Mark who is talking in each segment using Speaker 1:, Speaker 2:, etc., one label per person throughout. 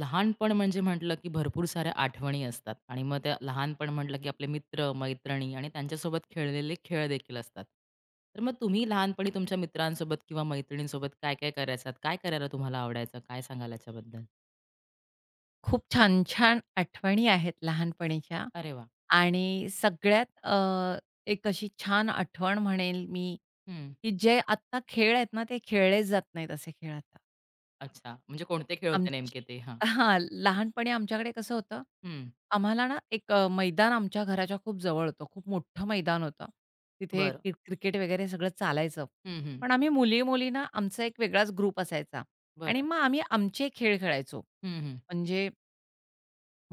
Speaker 1: लहानपण म्हणजे म्हटलं, की भरपूर साऱ्या आठवणी असतात आणि मग त्या लहानपण म्हटलं, की आपले मित्र, मैत्रिणी आणि त्यांच्यासोबत खेळलेले खेळ देखील असतात. तर मग तुम्ही लहानपणी तुमच्या मित्रांसोबत किंवा मैत्रिणींसोबत काय-काय करायचात? काय करायला तुम्हाला आवडायचं? काय सांगाल याच्याबद्दल?
Speaker 2: खूप छान-छान आठवणी आहेत लहानपणीच्या
Speaker 1: अरे वाह!
Speaker 2: आणि सगळ्यात एक अशी छान आठवण म्हणेल मी,
Speaker 1: हं.
Speaker 2: की जे आत्ता खेळ आहेत ना, ते खेळले जात नाहीत असे खेळ आता.
Speaker 1: अच्छा. म्हणजे कोणते खेळ होते
Speaker 2: आमची
Speaker 1: नेमके ते? हां.
Speaker 2: हां, लहानपणी आमच्याकडे कसं होतं,
Speaker 1: हं.
Speaker 2: आम्हाला ना एक मैदान आमच्या घराच्या खूप जवळ होतं. खूप मोठं मैदान होतं. तिथे
Speaker 1: बरं.
Speaker 2: क्रिकेट वगैरे सगळं चालायचं.
Speaker 1: हं, हं.
Speaker 2: पण आम्ही मुली-मुली ना, आमचा एक वेगळाच ग्रुप असायचा आणि
Speaker 1: बरं.
Speaker 2: मग आम्ही आमचे खेळ खेळायचो.
Speaker 1: हं, हं.
Speaker 2: म्हणजे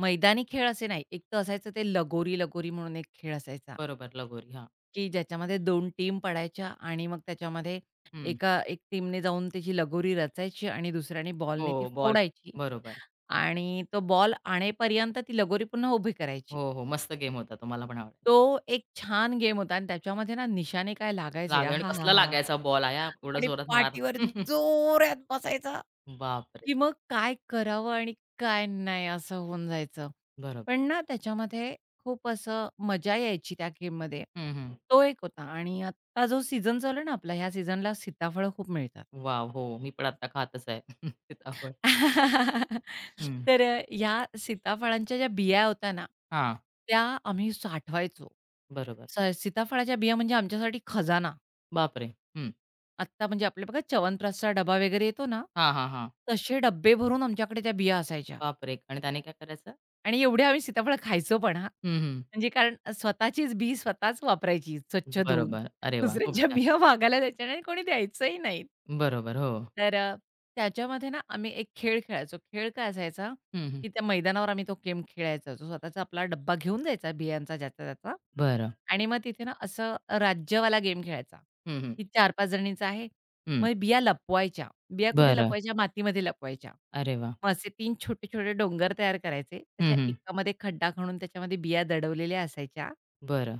Speaker 2: मैदानी खेळ असे नाही. एक तर असायचं ते लगोरी-लगोरी म्हणून एक खेळ असायचा,
Speaker 1: बरोबर. लगोरी. हां.
Speaker 2: की ज्याच्यामध्ये 2 टीम पडायच्या आणि मग त्याच्यामध्ये
Speaker 1: हं.
Speaker 2: एक टीमने जाऊन त्याची लगोरी रचायची आणि दुसऱ्याने बॉलने ती
Speaker 1: हो, बॉल.
Speaker 2: फोडायची
Speaker 1: बरोबर.
Speaker 2: आणि तो बॉल आणेपर्यंत ती लगोरी पुन्हा उभी करायची.
Speaker 1: हो, हो. मस्त गेम होता. तो पण आवडायचा.
Speaker 2: तो एक छान गेम होता आणि त्याच्यामध्ये ना निशाणे काय लागायचे
Speaker 1: लागण कसला
Speaker 2: आहाहाहा!
Speaker 1: लागायचा बॉल आया एवढा
Speaker 2: आणि
Speaker 1: जोरात मार.
Speaker 2: पाठीवर जोरात बसायचा
Speaker 1: बापरे!
Speaker 2: की मग काय करावं आणि काय नाही असं होऊन जायचं.
Speaker 1: बरोबर.
Speaker 2: पण ना त्याच्यामध्ये खूप असं मजा यायची त्या गेममध्ये.
Speaker 1: हं, हं.
Speaker 2: तो एक होता आणि आत्ता जो सीझन चालू आहे ना आपला, ह्या सीझनला सीताफळं खूप मिळतात.
Speaker 1: वॉव! हो, मी पण आता खातच आहे सीताफळ. हं.
Speaker 2: तर ह्या सीताफळांच्या ज्या बिया होत्या ना,
Speaker 1: हां.
Speaker 2: त्या आम्ही साठवायचो.
Speaker 1: बरोबर.
Speaker 2: सीताफळाच्या बिया म्हणजे आमच्यासाठी खजाना.
Speaker 1: बापरे! हं.
Speaker 2: आत्ता म्हणजे आपले बघा च्यवनप्राशचा डबा वगैरे येतो ना,
Speaker 1: हां, हां, हां.
Speaker 2: तसे डब्बे भरून आमच्याकडे त्या बिया असायच्या.
Speaker 1: बापरे! आणि त्याने काय करायचं?
Speaker 2: आणि एवढे आम्ही सीताफळ खायचो पण हां.
Speaker 1: हं, हं.
Speaker 2: म्हणजे कारण स्वतःचीच बी स्वतःच वापरायची स्वच्छ धुवून.
Speaker 1: बरोबर. अरे वाह! खूप
Speaker 2: दुसऱ्यांच्या
Speaker 1: छान.
Speaker 2: बिया मागायला जायच्या नाही आणि कोणी द्यायचंही नाही.
Speaker 1: बरोबर. हो.
Speaker 2: तर त्याच्यामध्ये ना आम्ही एक खेळ खेळायचो. खेळ काय असायचा,
Speaker 1: हं, हं.
Speaker 2: की त्या मैदानावर आम्ही तो गेम खेळायचो. जो स्वतःचा आपला डब्बा घेऊन जायचा बियांचा ज्याचा त्याचा
Speaker 1: बरं.
Speaker 2: आणि मग तिथे ना असं राज्यवाला गेम खेळायचा,
Speaker 1: हं, हं.
Speaker 2: की 4-5 जणींचा आहे.
Speaker 1: हं.
Speaker 2: मग बिया लपवायच्या. बिया कुठे
Speaker 1: बरं.
Speaker 2: लपवायच्या? मातीमध्ये लपवायच्या.
Speaker 1: अरे वाह!
Speaker 2: मग असे 3 छोटे-छोटे डोंगर तयार करायचे.
Speaker 1: हं,
Speaker 2: त्याच्या
Speaker 1: हं.
Speaker 2: एकामध्ये खड्डा खणून त्याच्यामध्ये बिया दडवलेल्या असायच्या
Speaker 1: बरं.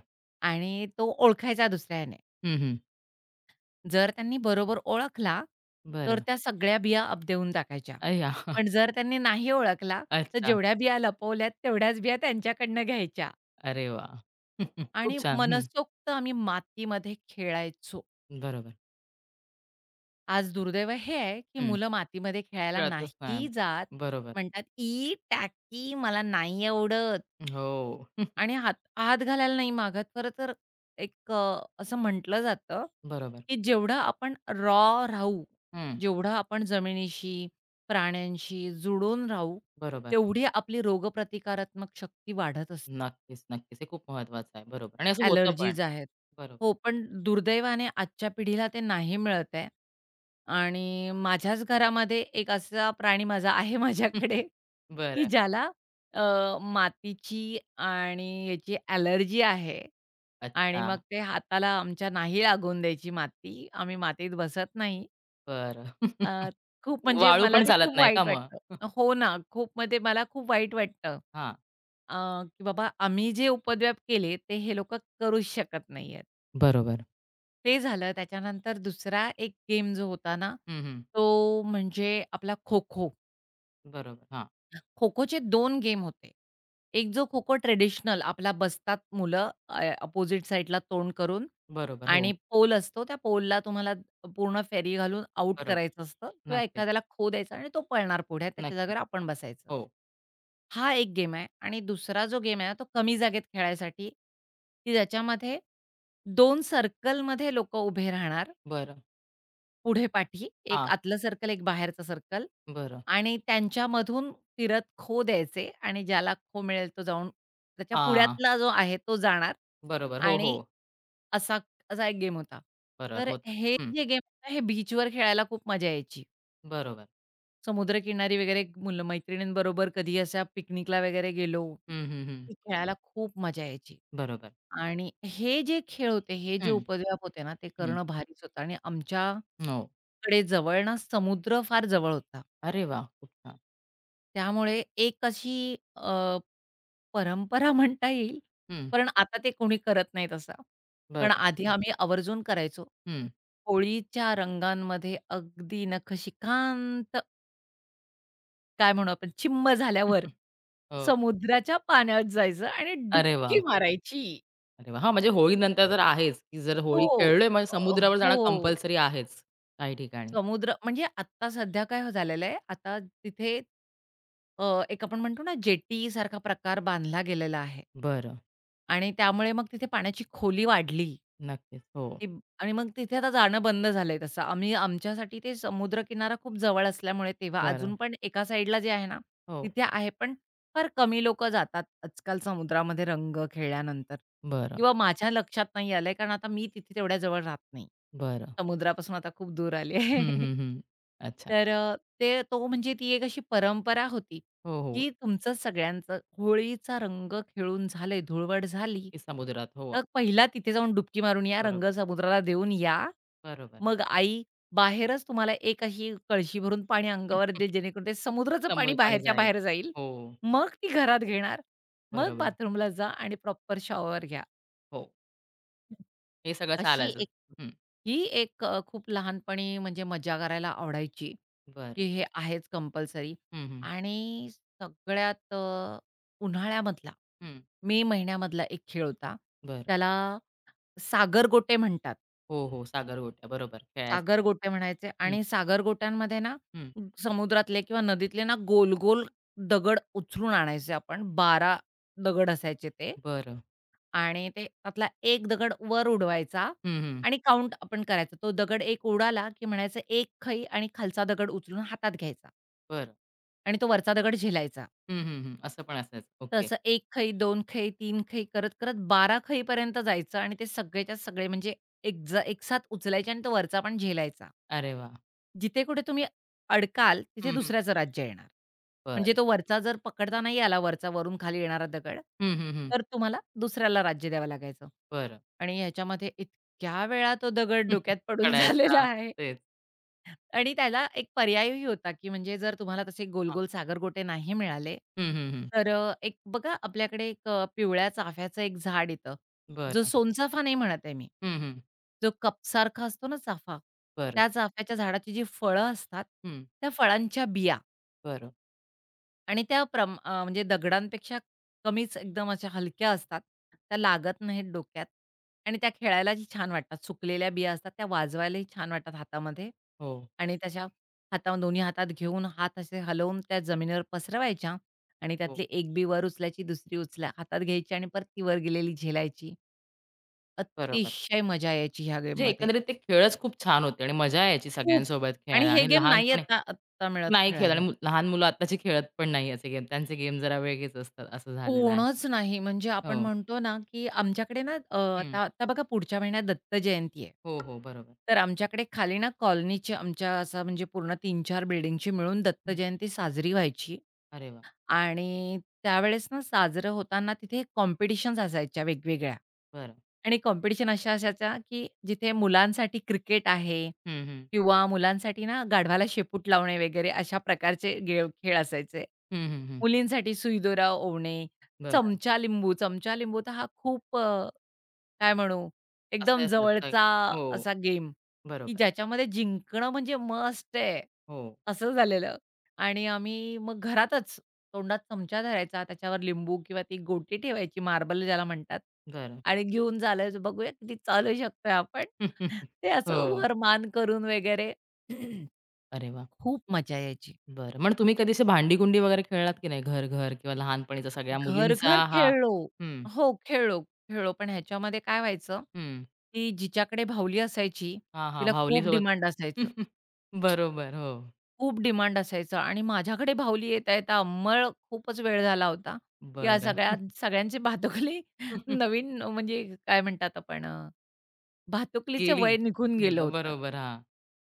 Speaker 2: आणि तो ओळखायचा दुसऱ्या
Speaker 1: हं, हं.
Speaker 2: जर त्यांनी बरोबर ओळखला, तर
Speaker 1: बरं.
Speaker 2: त्या सगळ्या बिया अप देऊन टाकायच्या.
Speaker 1: अय्या!
Speaker 2: पण जर त्यांनी नाही ओळखला, तर
Speaker 1: अच्छा.
Speaker 2: जेवढ्या बिया लपवल्यात तेवढ्याच बिया त्यांच्याकडनं घ्यायच्या
Speaker 1: अरे वाह! खूप
Speaker 2: आणि
Speaker 1: छान. हं.
Speaker 2: मनसोक्त आम्ही मातीमध्ये खेळायचो.
Speaker 1: बरोबर.
Speaker 2: आज दुर्दैव हे आहे, की
Speaker 1: हं.
Speaker 2: मुलं मातीमध्ये खेळायला
Speaker 1: कळतच नाही.
Speaker 2: नाही जात.
Speaker 1: बरोबर.
Speaker 2: म्हणतात, "ई, टॅकी मला नाही आवडत."
Speaker 1: हो.
Speaker 2: आणि हात हात घालायला नाही मागत. खरं तर एक असं म्हटलं जातं,
Speaker 1: बरोबर.
Speaker 2: की जेवढं आपण रॉ राहू,
Speaker 1: हं.
Speaker 2: जेवढं आपण जमिनीशी, प्राण्यांशी जुडून राहू,
Speaker 1: बरोबर.
Speaker 2: तेवढी आपली रोगप्रतिकारात्मक शक्ती वाढत असते.
Speaker 1: नक्कीच, नक्कीच. हे खूप महत्वाचं आहे. बरोबर आणि असं होतं पण.
Speaker 2: ॲलर्जीज आहेत.
Speaker 1: बरोबर.
Speaker 2: हो, पण दुर्दैवाने आजच्या पिढीला ते नाही मिळत आहे. आणि माझ्याच घरामध्ये एक असा प्राणी माझा आहे माझ्याकडे, की
Speaker 1: बरं.
Speaker 2: ज्याला मातीची आणि याची ॲलर्जी आहे आणि
Speaker 1: अच्छा.
Speaker 2: मग ते हाताला आमच्या नाही लागून द्यायची माती. आम्ही मातीत बसत नाही.
Speaker 1: बरं.
Speaker 2: अ, खूप म्हणजे
Speaker 1: वाळू
Speaker 2: मला
Speaker 1: पण
Speaker 2: ते
Speaker 1: चालत
Speaker 2: खूप
Speaker 1: नाही का
Speaker 2: वाईट
Speaker 1: मग?
Speaker 2: वाटतं. हो ना, खूप मग ते मला खूप वाईट वाटतं.
Speaker 1: हां.
Speaker 2: अ, की बाबा आम्ही जे उपद्व्याप केले ते हे लोकं करूच शकत नाहीयेत.
Speaker 1: बरोबर.
Speaker 2: ते झालं त्याच्यानंतर दुसरा एक गेम जो होता ना,
Speaker 1: हं, हं.
Speaker 2: तो म्हणजे आपला खो-खो.
Speaker 1: बरोबर. हां.
Speaker 2: खो-खोचे दोन गेम होते. एक जो खो-खो ट्रेडिशनल आपला बसतात मुलं अपोझिट साइडला तोंड करून
Speaker 1: बरोबर. हो.
Speaker 2: आणि पोल असतो. त्या पोलला तुम्हाला पूर्ण फेरी घालून आउट
Speaker 1: बरोबर.
Speaker 2: करायचं असतं किंवा
Speaker 1: नक्कीच,
Speaker 2: एखाद्याला खो द्यायचा आणि तो पळणार पुढे त्याच्या
Speaker 1: नक्कीच.
Speaker 2: जागेवर आपण बसायचं.
Speaker 1: हो.
Speaker 2: हा एक गेम आहे आणि दुसरा जो गेम आहे ना, तो कमी जागेत खेळायसाठी, की ज्याच्यामध्ये 2 सर्कलमध्ये लोकं उभे राहणार
Speaker 1: बरं.
Speaker 2: पुढे पाठी, एक
Speaker 1: हां.
Speaker 2: आतलं सर्कल, एक बाहेरचं सर्कल
Speaker 1: बरं.
Speaker 2: आणि त्यांच्यामधून फिरत खो द्यायचे आणि ज्याला खो मिळेल तो जाऊन त्याच्या
Speaker 1: हां.
Speaker 2: पुढ्यातला जो आहे तो जाणार
Speaker 1: बरोबर. हो, हो.
Speaker 2: आणि असा असा एक गेम होता.
Speaker 1: बरोबर
Speaker 2: तर
Speaker 1: होतं.
Speaker 2: हे
Speaker 1: हं.
Speaker 2: जे गेम होता हे बीचवर खेळायला खूप मजा यायची.
Speaker 1: बरोबर.
Speaker 2: समुद्रकिनारी वगैरे मुलं मैत्रिणींबरोबर कधी अशा पिकनिकला वगैरे गेलो,
Speaker 1: हं, हं, हं.
Speaker 2: की खेळायला खूप मजा यायची.
Speaker 1: बरोबर.
Speaker 2: आणि हे जे खेळ होते, हे जे
Speaker 1: हं,
Speaker 2: उपद्व्याप होते ना, ते
Speaker 1: हं.
Speaker 2: करणं भारीच होतं आणि
Speaker 1: हो.
Speaker 2: आमच्याकडे जवळ ना समुद्र फार जवळ होता.
Speaker 1: अरे वाह! खूप छान.
Speaker 2: त्यामुळे एक अशी अ, परंपरा म्हणता येईल,
Speaker 1: हं.
Speaker 2: पण आता ते कोणी करत नाही तसा,
Speaker 1: बरं.
Speaker 2: पण आधी आम्ही आवर्जून करायचो.
Speaker 1: हं.
Speaker 2: होळीच्या रंगांमध्ये अगदी नखशिखांत काय म्हणू आपण चिम्म झाल्यावर
Speaker 1: हो.
Speaker 2: समुद्राच्या पाण्यात जायचं आणि
Speaker 1: अरे
Speaker 2: डुबकी
Speaker 1: वाह!
Speaker 2: मारायची.
Speaker 1: अरे वाह! हां, म्हणजे होळीनंतर तर आहेच, की जर
Speaker 2: हो.
Speaker 1: होळी खेळलोय म्हणजे समुद्रावर जाणं
Speaker 2: हो.
Speaker 1: कंपल्सरी आहेच काही ठिकाणी.
Speaker 2: समुद्र म्हणजे आत्ता सध्या काय हो झालेलं आहे, आता तिथे एक आपण म्हणतो ना, जेटी सारखा प्रकार बांधला गेलेला आहे
Speaker 1: बरं.
Speaker 2: आणि त्यामुळे मग तिथे पाण्याची खोली वाढली.
Speaker 1: नक्कीच. हो.
Speaker 2: ते आणि मग तिथे आता जाणं बंद झालंय तसं. आम्ही आमच्यासाठी ते समुद्रकिनारा खूप जवळ असल्यामुळे तेव्हा
Speaker 1: बरं.
Speaker 2: अजून पण एका साइडला जे आहे ना,
Speaker 1: हो.
Speaker 2: तिथे आहे. पण फार कमी लोकं जातात आजकाल समुद्रामध्ये रंग खेळल्यानंतर
Speaker 1: बरं,
Speaker 2: किंवा माझ्या लक्षात नाही आलंय, कारण आता मी तिथे तेवढ्या जवळ राहत नाही.
Speaker 1: बरं.
Speaker 2: समुद्रापासून आता खूप दूर आले.
Speaker 1: हं, हं, हं. अच्छा.
Speaker 2: तर अ, ते तो म्हणजे ती एक अशी परंपरा होती
Speaker 1: हो, हो.
Speaker 2: की तुमचं सगळ्यांचं होळीचा रंग खेळून झाले, धुळवट झाली,
Speaker 1: की समुद्रात. हो.
Speaker 2: तर पहिला तिथे जाऊन डुबकी मारून या, रंग
Speaker 1: बरोबर,
Speaker 2: समुद्राला देऊन या.
Speaker 1: बरोबर.
Speaker 2: मग आई बाहेरच तुम्हाला एक अशी कळशी भरून पाणी अंगावर देईल, जेणेकरून ते समुद्राचं पाणी
Speaker 1: समोर पाणी
Speaker 2: बाहेरच्या
Speaker 1: जाईल.
Speaker 2: बाहेर जाईल.
Speaker 1: हो.
Speaker 2: मग ती घरात घेणार. मग
Speaker 1: बरोबर.
Speaker 2: बाथरूमला जा आणि प्रॉपर शॉवर घ्या.
Speaker 1: हो. हे सगळं
Speaker 2: अशी
Speaker 1: चालायचंच.
Speaker 2: एक
Speaker 1: हं.
Speaker 2: ही एक खूप लहानपणी म्हणजे मजा करायला आवडायची, की
Speaker 1: बरं.
Speaker 2: हे आहेच कंपल्सरी
Speaker 1: हं, हं.
Speaker 2: आणि सगळ्यात उन्हाळ्यामधला,
Speaker 1: हं.
Speaker 2: मे महिन्यामधला एक खेळ होता.
Speaker 1: बरं.
Speaker 2: त्याला सागरगोटे म्हणतात.
Speaker 1: हो, हो. सागरगोटया. बरोबर.
Speaker 2: सागर
Speaker 1: खेळायचं.
Speaker 2: गोटे म्हणायचे
Speaker 1: हं,
Speaker 2: आणि सागरगोट्यांमध्ये ना,
Speaker 1: हं.
Speaker 2: समुद्रातले किंवा नदीतले ना, गोल-गोल दगड उचलून आणायचे आपण. 12 दगड असायचे ते
Speaker 1: बरं.
Speaker 2: आणि ते त्यातला एक दगड वर उडवायचा
Speaker 1: हं, हं.
Speaker 2: आणि काउंट आपण करायचा. तो दगड एक उडाला, की म्हणायचं "एक खई" आणि खालचा दगड उचलून हातात घ्यायचा
Speaker 1: बरं.
Speaker 2: आणि तो वरचा दगड झेलायचा.
Speaker 1: हं, हं, हं. असं पण असायचं.
Speaker 2: तर
Speaker 1: ओके.
Speaker 2: एक 1 खई, 2 खई, 3 खई करत-करत 12 खईपर्यंत जायचं आणि ते सगळेच्या सगळे म्हणजे एकसाथ उचलायचे आणि तो वरचा पण झेलायचा.
Speaker 1: अरे वाह!
Speaker 2: जिथे कुठे तुम्ही अडकाल, तिथे
Speaker 1: हं.
Speaker 2: दुसऱ्याचं राज्य येणार.
Speaker 1: बरं.
Speaker 2: म्हणजे तो वरचा जर पकडता नाही आला, वरचा वरून खाली येणारा दगड,
Speaker 1: हं, हं, हं.
Speaker 2: तर तुम्हाला दुसऱ्याला राज्य द्यावं लागायचं.
Speaker 1: बरं.
Speaker 2: आणि ह्याच्यामध्ये इतक्या वेळा तो दगड
Speaker 1: हं, हं.
Speaker 2: डोक्यात पडून झालेला
Speaker 1: पडायचा
Speaker 2: आहे
Speaker 1: तेच.
Speaker 2: आणि त्याला एक पर्यायही होता, की म्हणजे जर तुम्हाला तसे
Speaker 1: हां.
Speaker 2: गोल-गोल सागरगोटे नाही मिळाले,
Speaker 1: हं, हं, हं.
Speaker 2: तर एक बघा आपल्याकडे एक पिवळ्या चाफ्याचं एक झाड येतं. जो
Speaker 1: बरं.
Speaker 2: सोनचाफा नाही म्हणत आहे मी.
Speaker 1: हं, हं.
Speaker 2: जो कपसारखा असतो ना चाफा,
Speaker 1: बरं.
Speaker 2: त्या चाफ्याच्या झाडाची जी फळं असतात,
Speaker 1: हं.
Speaker 2: त्या फळांच्या बिया
Speaker 1: बरं.
Speaker 2: आणि म्हणजे दगडांपेक्षा कमीच एकदम अशा हलक्या असतात. त्या लागत नाहीत डोक्यात आणि त्या खेळायलाही छान वाटतात. सुकलेल्या बिया असतात त्या वाजवायलाही छान वाटतात हातामध्ये
Speaker 1: हो,
Speaker 2: आणि हातावर दोन्ही हातात घेऊन हात असे हलवून त्या जमिनीवर पसरवायच्या आणि
Speaker 1: हो.
Speaker 2: त्यातली एक बी वर उचलायची, दुसरी उचला हातात घ्यायची आणि परत ती वर गेलेली झेलायची.
Speaker 1: बरोबर.
Speaker 2: अतिशय मजा यायची ह्या
Speaker 1: म्हणजे
Speaker 2: गेममध्ये.
Speaker 1: एकंदरीत ते खेळच खूप छान होते आणि मजा यायची
Speaker 2: खूप.
Speaker 1: सगळ्यांसोबत
Speaker 2: आणि
Speaker 1: खेळायला
Speaker 2: हे
Speaker 1: आणि
Speaker 2: गेम नाही
Speaker 1: लहानपणी
Speaker 2: आता आत्ता मिळत
Speaker 1: नाही खेळत आणि
Speaker 2: खेळायला.
Speaker 1: लहान मुलं आत्ताची खेळत पण नाही असे गेम. त्यांचे गेम जरा वेगळेच असतात असं झालेलं आहे.
Speaker 2: कोणच नाही. म्हणजे आपण
Speaker 1: हो.
Speaker 2: म्हणतो ना, की आमच्याकडे ना अ,
Speaker 1: हं.
Speaker 2: आता आता बघा पुढच्या महिन्यात दत्त जयंती आहे.
Speaker 1: हो, हो. बरोबर.
Speaker 2: तर आमच्याकडे खाली ना कॉलनीची आमच्या असं म्हणजे पूर्ण 3-4 बिल्डिंगची मिळून दत्त
Speaker 1: हं.
Speaker 2: जयंती साजरी व्हायची
Speaker 1: अरे वाह!
Speaker 2: आणि त्यावेळेस ना साजरं होताना तिथे कॉम्पिटिशन्स असायच्या वेगवेगळ्या
Speaker 1: बरं.
Speaker 2: आणि कॉम्पिटिशन अशा असायच्या, की जिथे मुलांसाठी क्रिकेट आहे
Speaker 1: हं, हं.
Speaker 2: किंवा मुलांसाठी ना गाढवाला शेपूट लावणे वगैरे अशा प्रकारचे खेळ असायचे.
Speaker 1: हं, हं, हं.
Speaker 2: मुलींसाठी सुईदोरा ओवणे,
Speaker 1: बरं.
Speaker 2: चमचा लिंबू. चमचा लिंबू तर हा खूप अ, काय म्हणू
Speaker 1: असे
Speaker 2: एकदम
Speaker 1: असतात.
Speaker 2: जवळचा
Speaker 1: हो.
Speaker 2: असा गेम, की
Speaker 1: बरोबर.
Speaker 2: ज्याच्यामध्ये जिंकणं म्हणजे मस्ट आहे,
Speaker 1: हो.
Speaker 2: असं झालेलं. आणि आम्ही मग घरातच तोंडात चमचा धरायचा, त्याच्यावर लिंबू किंवा ती गोटी ठेवायची मार्बल ज्याला म्हणतात
Speaker 1: बरं.
Speaker 2: आणि घेऊन चालायचं. बघूया किती चालू शकतोय आपण. ते असं
Speaker 1: हो.
Speaker 2: वर मान करून वगैरे.
Speaker 1: अरे वाह!
Speaker 2: खूप मजा यायची.
Speaker 1: बरं. मग तुम्ही कधी अशी भांडी-कुंडी वगैरे खेळलात की नाही? घर-घर किंवा लहानपणीचा सगळ्या मुलींचा
Speaker 2: घर-घर
Speaker 1: हा
Speaker 2: खेळलो.
Speaker 1: हं,
Speaker 2: हो, खेळलो. पण ह्याच्यामध्ये काय व्हायचं,
Speaker 1: हं.
Speaker 2: की जिच्याकडे बाहुली असायची,
Speaker 1: हां, हां.
Speaker 2: तिला खूप
Speaker 1: भावलीसोबत
Speaker 2: डिमांड असायचं.
Speaker 1: बरोबर. हो.
Speaker 2: खूप डिमांड असायचं आणि माझ्याकडे बाहुली येता-येता अंमळ खूपच वेळ झाला होता. या
Speaker 1: बरं.
Speaker 2: सगळ्या सगळ्यांचे भातुकली नवीन म्हणजे काय म्हणतात आपण भातुकलीचे
Speaker 1: गेली.
Speaker 2: वय निघून गेलं
Speaker 1: गेलं.
Speaker 2: होतं.
Speaker 1: बरोबर. हां.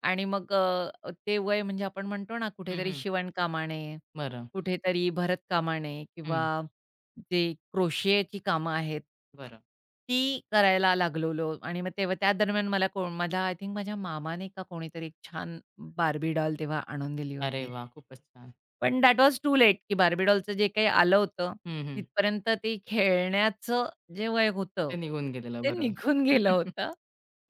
Speaker 2: आणि मग ते वय म्हणजे आपण म्हणतो ना
Speaker 1: हं,
Speaker 2: कुठेतरी
Speaker 1: हं.
Speaker 2: शिवणकामाने,
Speaker 1: बरं.
Speaker 2: कुठेतरी भरतकामाने किंवा
Speaker 1: हं.
Speaker 2: जे क्रोशियाची कामं आहेत,
Speaker 1: बरं.
Speaker 2: ती करायला लागलेलो आणि मग तेव्हा त्या दरम्यान मला कोण माझ्या आय थिंक माझ्या मामाने का कोणीतरी एक छान बार्बी डॉल तेव्हा आणून दिली
Speaker 1: अरे
Speaker 2: होती.
Speaker 1: वाह! खूपच छान.
Speaker 2: पण दॅट वॉज टू लेट, की बार्बी डॉलचं जे काही आलं होतं,
Speaker 1: हं, हं.
Speaker 2: तिथपर्यंत ते खेळण्याचं जे वय होतं,
Speaker 1: ते निघून गेलेलं.
Speaker 2: ते
Speaker 1: बरोबर.
Speaker 2: निघून गेलं होतं.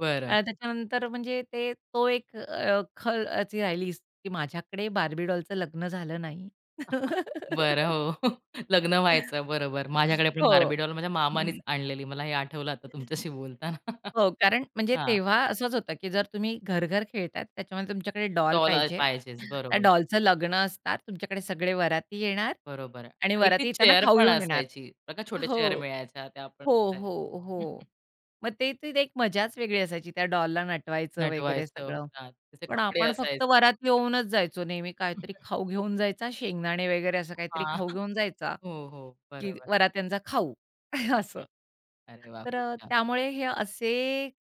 Speaker 1: बरं.
Speaker 2: आणि त्याच्यानंतर म्हणजे तो एक अ, खल अशी राहिलीच, की माझ्याकडे बार्बी डॉलचं लग्न झालं नाही.
Speaker 1: बरं. हो. लग्न व्हायचं. बरोबर. माझ्याकडे पण
Speaker 2: हो.
Speaker 1: बार्बी डॉल माझ्या मामानीच आणलेली. मला हे आठवलं आता तुमच्याशी बोलताना.
Speaker 2: हो, कारण म्हणजे
Speaker 1: हां.
Speaker 2: तेव्हा असंच होतं, की जर तुम्ही घर-घर खेळताय, त्याच्यामुळे तुमच्याकडे डॉल
Speaker 1: डॉल
Speaker 2: पाहिजे.
Speaker 1: पाहिजेच.
Speaker 2: त्या
Speaker 1: बरोबर.
Speaker 2: डॉलचं लग्न असणार, तुमच्याकडे सगळे वराती येणार
Speaker 1: बरोबर आहे.
Speaker 2: आणि
Speaker 1: आणि एक ती
Speaker 2: वराती येताना
Speaker 1: चेअर
Speaker 2: खाऊ
Speaker 1: पण
Speaker 2: घेऊन येणार.
Speaker 1: असायची. बघा छोट्या
Speaker 2: हो.
Speaker 1: चेअर मिळायच्या त्या पण
Speaker 2: हो,
Speaker 1: असायच्या.
Speaker 2: हो, हो. मग ती एक मजाच वेगळी असायची. त्या डॉलला नटवायचं वगैरे
Speaker 1: नटवायचं हो
Speaker 2: सगळं.
Speaker 1: ना. त्याचे
Speaker 2: पण
Speaker 1: कपडे
Speaker 2: आपण फक्त
Speaker 1: असायचे.
Speaker 2: वरात येऊनच जायचो नेहमी काहीतरी खाऊ घेऊन जायचा, शेंगदाणे वगैरे असं काहीतरी
Speaker 1: हां.
Speaker 2: खाऊ घेऊन जायचा,
Speaker 1: हो, हो.
Speaker 2: की
Speaker 1: बरोबर.
Speaker 2: वरात्यांचा खाऊ असं.
Speaker 1: अरे वाह!
Speaker 2: तर
Speaker 1: खूप छान.
Speaker 2: त्यामुळे हे असे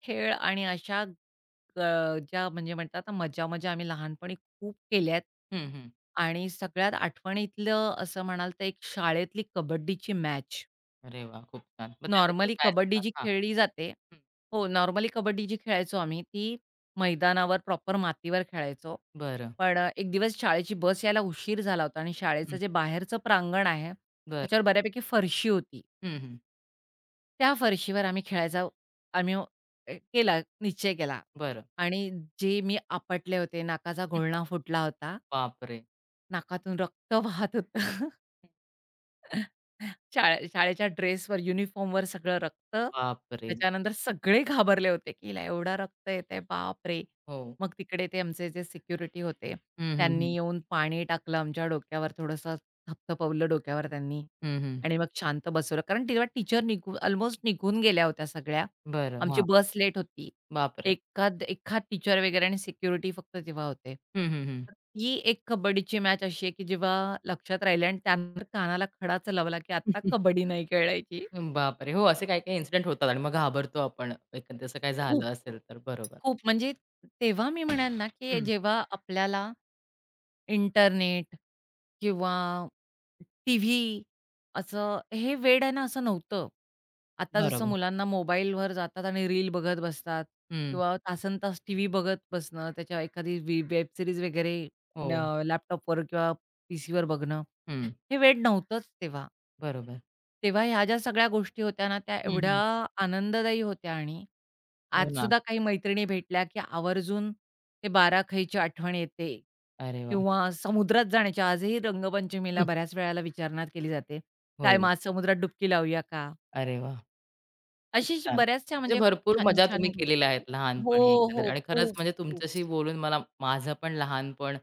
Speaker 2: खेळ आणि अशा अ, ज्या म्हणजे म्हणतात ना मजा-मजा आम्ही लहानपणी खूप केल्यात.
Speaker 1: हं, हं.
Speaker 2: आणि सगळ्यात आठवणीतलं असं म्हणाल तर एक शाळेतली कबड्डीची मॅच.
Speaker 1: अरे वाह! खूप छान. मग त्याबद्दल
Speaker 2: नॉर्मली
Speaker 1: काय
Speaker 2: कबड्डी
Speaker 1: सांगाल?
Speaker 2: जी
Speaker 1: हां.
Speaker 2: खेळली जाते
Speaker 1: हं.
Speaker 2: हो, नॉर्मली कबड्डी जी खेळायचो आम्ही, ती मैदानावर प्रॉपर मातीवर खेळायचो.
Speaker 1: बरं.
Speaker 2: पण एक दिवस शाळेची बस यायला उशीर झाला होता आणि शाळेचं
Speaker 1: हं.
Speaker 2: जे बाहेरचं प्रांगण आहे,
Speaker 1: बरं.
Speaker 2: त्याच्यावर बऱ्यापैकी फरशी होती.
Speaker 1: हं, हं.
Speaker 2: त्या फरशीवर आम्ही खेळायचा आम्ही अ, केला निश्चय केला
Speaker 1: बरं.
Speaker 2: आणि जे मी आपटले होते, नाकाचा
Speaker 1: हं.
Speaker 2: घोळणा फुटला होता,
Speaker 1: बापरे!
Speaker 2: नाकातून रक्त वाहत होतं. शाळेच्या ड्रेसवर, युनिफॉर्मवर सगळं रक्त.
Speaker 1: बापरे!
Speaker 2: त्याच्यानंतर सगळे घाबरले होते, की हिला एवढं रक्त येतंय, बापरे!
Speaker 1: हो.
Speaker 2: मग तिकडे ते आमचे जे सिक्युरिटी होते,
Speaker 1: हं, हं,
Speaker 2: त्यांनी
Speaker 1: हं.
Speaker 2: येऊन पाणी टाकलं आमच्या डोक्यावर, थोडंसं थपथपवलं डोक्यावर त्यांनी
Speaker 1: हं, हं.
Speaker 2: आणि मग शांत बसवलं. कारण तेव्हा टीचर अल्मोस्ट निघून गेल्या होत्या सगळ्या.
Speaker 1: बरं.
Speaker 2: आमची
Speaker 1: हां.
Speaker 2: बस लेट होती.
Speaker 1: बापरे!
Speaker 2: एखाद एखाद टीचर वगैरे आणि सिक्युरिटी फक्त तेव्हा होते.
Speaker 1: हं, हं, हं.
Speaker 2: ही एक कबड्डीची मॅच अशी आहे, की जेव्हा लक्षात राहिली आणि त्यानंतर कानाला खडाच लावला, की आता कबड्डी नाही खेळायची.
Speaker 1: बापरे! हो, असे काही-काही इन्सिडेंट होतात आणि मग घाबरतो आपण. एखादं असं काही झालं
Speaker 2: खूप.
Speaker 1: असेल तर. बरोबर.
Speaker 2: खूप म्हणजे तेव्हा मी म्हणेन ना, की
Speaker 1: हं,
Speaker 2: जेव्हा आपल्याला इंटरनेट किंवा टीव्ही असं हे वेड आहे ना, असं नव्हतं. आता जसं
Speaker 1: बरोबर.
Speaker 2: मुलांना मोबाईलवर जातात आणि रील बघत बसतात
Speaker 1: हं,
Speaker 2: किंवा तासनतास टीव्ही बघत बसणं, त्याच्या एखादी वेब सिरीज वगैरे न
Speaker 1: हो.
Speaker 2: लॅपटॉपवर किंवा पीसीवर बघणं,
Speaker 1: हं,
Speaker 2: हे वेड नव्हतंच तेव्हा.
Speaker 1: बरोबर.
Speaker 2: तेव्हा ह्या ज्या सगळ्या गोष्टी होत्या ना, त्या
Speaker 1: हं,
Speaker 2: एवढ्या
Speaker 1: हं.
Speaker 2: आनंददायी होत्या आणि
Speaker 1: हो ना.
Speaker 2: आजसुद्धा काही मैत्रिणी भेटल्या, की आवर्जून ते बाराखैची आठवण येते
Speaker 1: अरे वाह!
Speaker 2: किंवा समुद्रात जाण्याची आजही रंगपंचमीला
Speaker 1: हं.
Speaker 2: बऱ्याच वेळेला विचारणा केली जाते. "काय
Speaker 1: हो,
Speaker 2: मग आज समुद्रात डुबकी लावूया का?"
Speaker 1: अरे वाह! खूप
Speaker 2: अशी
Speaker 1: छान.
Speaker 2: बऱ्याचशा
Speaker 1: म्हणजे
Speaker 2: म्हणजे
Speaker 1: भरपूर मजा
Speaker 2: छान-छान
Speaker 1: तुम्ही केलेल्या आहेत
Speaker 2: गोष्टी हो,
Speaker 1: लहानपणी एकंदरीत
Speaker 2: हो.
Speaker 1: आणि खरंच
Speaker 2: खूप,
Speaker 1: म्हणजे
Speaker 2: खूप.
Speaker 1: तुमच्याशी बोलून मला माझं पण लहानपण,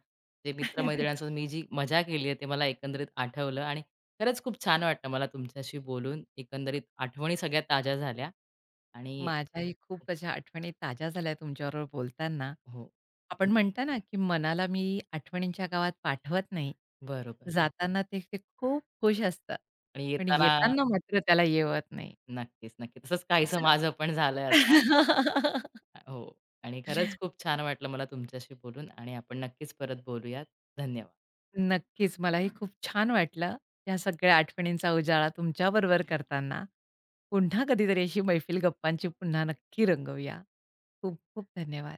Speaker 1: जे मित्र-मैत्रिणींसोबत मी जी मजा केली आहे, ते मला एकंदरीत आठवलं आणि खरंच खूप छान वाटलं मला तुमच्याशी बोलून. एकंदरीत आठवणी सगळ्या ताज्या झाल्या आणि
Speaker 2: माझ्याही खूप अशा आठवणी ताज्या झाल्या तुमच्याबरोबर बोलताना.
Speaker 1: हो,
Speaker 2: आपण म्हणतो ना, की मनाला मी आठवणींच्या गावात पाठवत नाही.
Speaker 1: बरोबर
Speaker 2: जाताना ते ते खूप खुश असतं.
Speaker 1: आणि
Speaker 2: पण
Speaker 1: येताना
Speaker 2: येताना मात्र त्याला येवत नाही.
Speaker 1: नक्कीच, नक्की. तसंच काहीसं
Speaker 2: असं.
Speaker 1: माझं पण झालंय आता. हो आणि खरंच खूप छान वाटलं मला तुमच्याशी बोलून आणि आपण नक्कीच परत बोलूयात. धन्यवाद.
Speaker 2: नक्कीच. मलाही खूप छान वाटलं, या सगळ्या आठवणींचा उजाळा तुमच्याबरोबर करताना. पुन्हा कधीतरी अशी मैफिल गप्पांची पुन्हा नक्की रंगवूया. खूप खूप धन्यवाद.